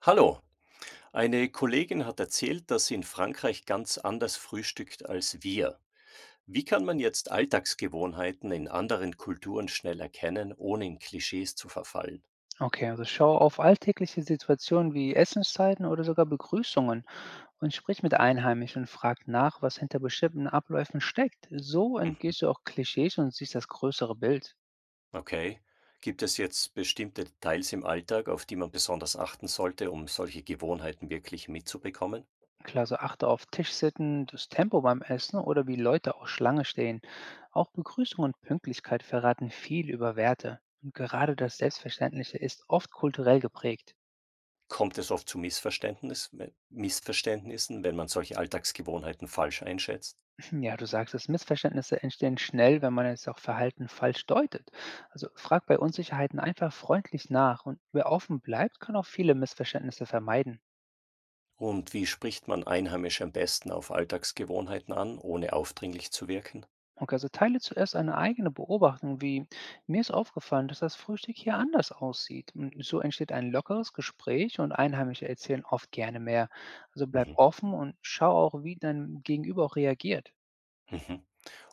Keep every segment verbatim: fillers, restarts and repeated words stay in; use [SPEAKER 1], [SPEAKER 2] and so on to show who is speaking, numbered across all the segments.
[SPEAKER 1] Hallo, eine Kollegin hat erzählt, dass sie in Frankreich ganz anders frühstückt als wir. Wie kann man jetzt Alltagsgewohnheiten in anderen Kulturen schnell erkennen, ohne in Klischees zu verfallen?
[SPEAKER 2] Okay, also schau auf alltägliche Situationen wie Essenszeiten oder sogar Begrüßungen und sprich mit Einheimischen und frag nach, was hinter bestimmten Abläufen steckt. So
[SPEAKER 1] Mhm.
[SPEAKER 2] entgehst du auch Klischees und siehst das größere Bild.
[SPEAKER 1] Okay. Gibt es jetzt bestimmte Details im Alltag, auf die man besonders achten sollte, um solche Gewohnheiten wirklich mitzubekommen?
[SPEAKER 2] Klar, so achte auf Tischsitten, das Tempo beim Essen oder wie Leute auch Schlange stehen. Auch Begrüßung und Pünktlichkeit verraten viel über Werte. Und gerade das Selbstverständliche ist oft kulturell geprägt.
[SPEAKER 1] Kommt es oft zu Missverständnis, äh, Missverständnissen, wenn man solche Alltagsgewohnheiten falsch einschätzt?
[SPEAKER 2] Ja, du sagst es, Missverständnisse entstehen schnell, wenn man jetzt auch Verhalten falsch deutet. Also frag bei Unsicherheiten einfach freundlich nach und wer offen bleibt, kann auch viele Missverständnisse vermeiden.
[SPEAKER 1] Und wie spricht man Einheimische am besten auf Alltagsgewohnheiten an, ohne aufdringlich zu wirken?
[SPEAKER 2] Okay, also teile zuerst eine eigene Beobachtung, wie mir ist aufgefallen, dass das Frühstück hier anders aussieht. Und so entsteht ein lockeres Gespräch und Einheimische erzählen oft gerne mehr. Also bleib
[SPEAKER 1] Mhm.
[SPEAKER 2] offen und schau auch, wie dein Gegenüber auch reagiert.
[SPEAKER 1] Mhm.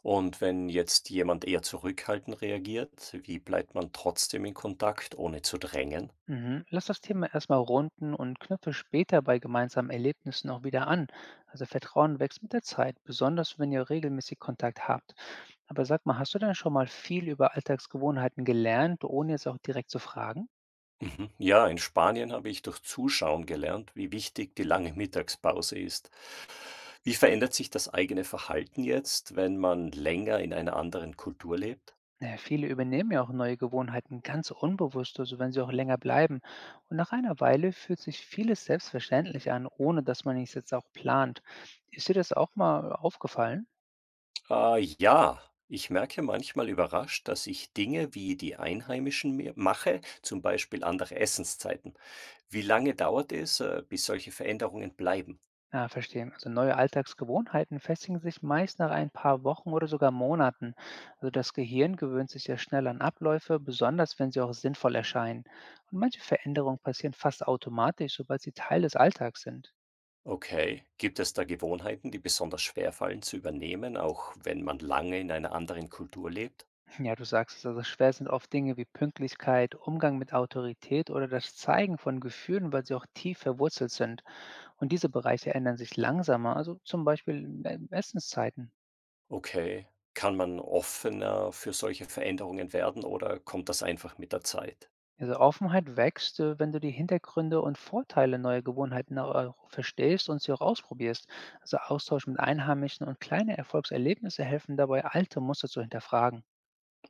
[SPEAKER 1] Und wenn jetzt jemand eher zurückhaltend reagiert, wie bleibt man trotzdem in Kontakt, ohne zu drängen?
[SPEAKER 2] Mhm. Lass das Thema erstmal runden und knüpfe später bei gemeinsamen Erlebnissen auch wieder an. Also Vertrauen wächst mit der Zeit, besonders wenn ihr regelmäßig Kontakt habt. Aber sag mal, hast du denn schon mal viel über Alltagsgewohnheiten gelernt, ohne es auch direkt zu fragen?
[SPEAKER 1] Mhm. Ja, in Spanien habe ich durch Zuschauen gelernt, wie wichtig die lange Mittagspause ist. Wie verändert sich das eigene Verhalten jetzt, wenn man länger in einer anderen Kultur lebt?
[SPEAKER 2] Naja, viele übernehmen ja auch neue Gewohnheiten ganz unbewusst, also wenn sie auch länger bleiben. Und nach einer Weile fühlt sich vieles selbstverständlich an, ohne dass man es jetzt auch plant. Ist dir das auch mal aufgefallen?
[SPEAKER 1] Äh, ja, ich merke manchmal überrascht, dass ich Dinge wie die Einheimischen mir mache, zum Beispiel andere Essenszeiten. Wie lange dauert es, äh, bis solche Veränderungen bleiben?
[SPEAKER 2] Ja, verstehe. Also neue Alltagsgewohnheiten festigen sich meist nach ein paar Wochen oder sogar Monaten. Also das Gehirn gewöhnt sich ja schnell an Abläufe, besonders wenn sie auch sinnvoll erscheinen. Und manche Veränderungen passieren fast automatisch, sobald sie Teil des Alltags sind.
[SPEAKER 1] Okay, gibt es da Gewohnheiten, die besonders schwer fallen zu übernehmen, auch wenn man lange in einer anderen Kultur lebt?
[SPEAKER 2] Ja, du sagst es, also schwer sind oft Dinge wie Pünktlichkeit, Umgang mit Autorität oder das Zeigen von Gefühlen, weil sie auch tief verwurzelt sind. Und diese Bereiche ändern sich langsamer, also zum Beispiel in äh, Essenszeiten.
[SPEAKER 1] Okay, kann man offener für solche Veränderungen werden oder kommt das einfach mit der Zeit?
[SPEAKER 2] Also Offenheit wächst, äh, wenn du die Hintergründe und Vorteile neuer Gewohnheiten au- auch verstehst und sie auch ausprobierst. Also Austausch mit Einheimischen und kleine Erfolgserlebnisse helfen dabei, alte Muster zu hinterfragen.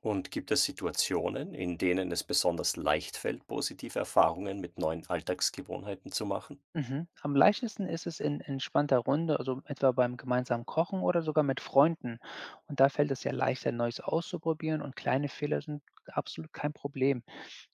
[SPEAKER 1] Und gibt es Situationen, in denen es besonders leicht fällt, positive Erfahrungen mit neuen Alltagsgewohnheiten zu machen?
[SPEAKER 2] Mhm. Am leichtesten ist es in entspannter Runde, also etwa beim gemeinsamen Kochen oder sogar mit Freunden. Und da fällt es ja leichter, Neues auszuprobieren und kleine Fehler sind absolut kein Problem.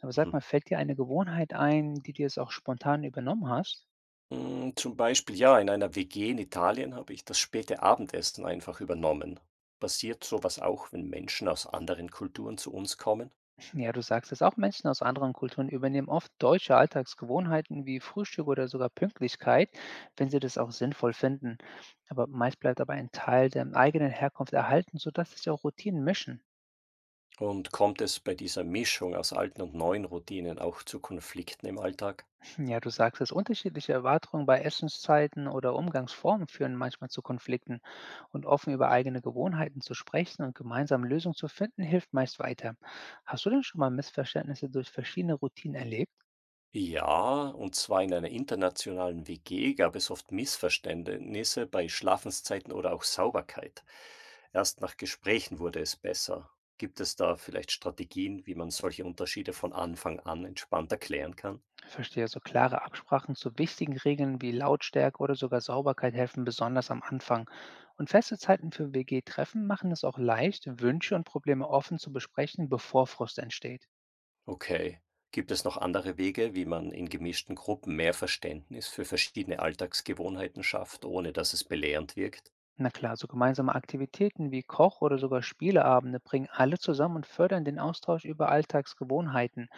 [SPEAKER 2] Aber sag
[SPEAKER 1] Mhm.
[SPEAKER 2] mal, fällt dir eine Gewohnheit ein, die du jetzt auch spontan übernommen hast?
[SPEAKER 1] Mm, Zum Beispiel, ja, in einer W G in Italien habe ich das späte Abendessen einfach übernommen. Passiert sowas auch, wenn Menschen aus anderen Kulturen zu uns kommen?
[SPEAKER 2] Ja, du sagst es, auch Menschen aus anderen Kulturen übernehmen oft deutsche Alltagsgewohnheiten wie Frühstück oder sogar Pünktlichkeit, wenn sie das auch sinnvoll finden. Aber meist bleibt aber ein Teil der eigenen Herkunft erhalten, sodass sich auch Routinen mischen.
[SPEAKER 1] Und kommt es bei dieser Mischung aus alten und neuen Routinen auch zu Konflikten im Alltag?
[SPEAKER 2] Ja, du sagst es, unterschiedliche Erwartungen bei Essenszeiten oder Umgangsformen führen manchmal zu Konflikten. Und offen über eigene Gewohnheiten zu sprechen und gemeinsam Lösungen zu finden, hilft meist weiter. Hast du denn schon mal Missverständnisse durch verschiedene Routinen erlebt?
[SPEAKER 1] Ja, und zwar in einer internationalen W G gab es oft Missverständnisse bei Schlafenszeiten oder auch Sauberkeit. Erst nach Gesprächen wurde es besser. Gibt es da vielleicht Strategien, wie man solche Unterschiede von Anfang an entspannt erklären kann?
[SPEAKER 2] Verstehe, so klare Absprachen zu wichtigen Regeln wie Lautstärke oder sogar Sauberkeit helfen besonders am Anfang. Und feste Zeiten für W G-Treffen machen es auch leicht, Wünsche und Probleme offen zu besprechen, bevor Frust entsteht.
[SPEAKER 1] Okay. Gibt es noch andere Wege, wie man in gemischten Gruppen mehr Verständnis für verschiedene Alltagsgewohnheiten schafft, ohne dass es belehrend wirkt?
[SPEAKER 2] Na klar, so gemeinsame Aktivitäten wie Koch- oder sogar Spieleabende bringen alle zusammen und fördern den Austausch über Alltagsgewohnheiten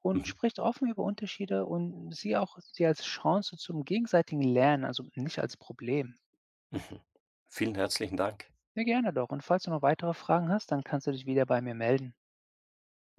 [SPEAKER 2] und
[SPEAKER 1] Mhm.
[SPEAKER 2] spricht offen über Unterschiede und sie auch sie als Chance zum gegenseitigen Lernen, also nicht als Problem.
[SPEAKER 1] Mhm. Vielen herzlichen Dank.
[SPEAKER 2] Ja, gerne doch. Und falls du noch weitere Fragen hast, dann kannst du dich wieder bei mir melden.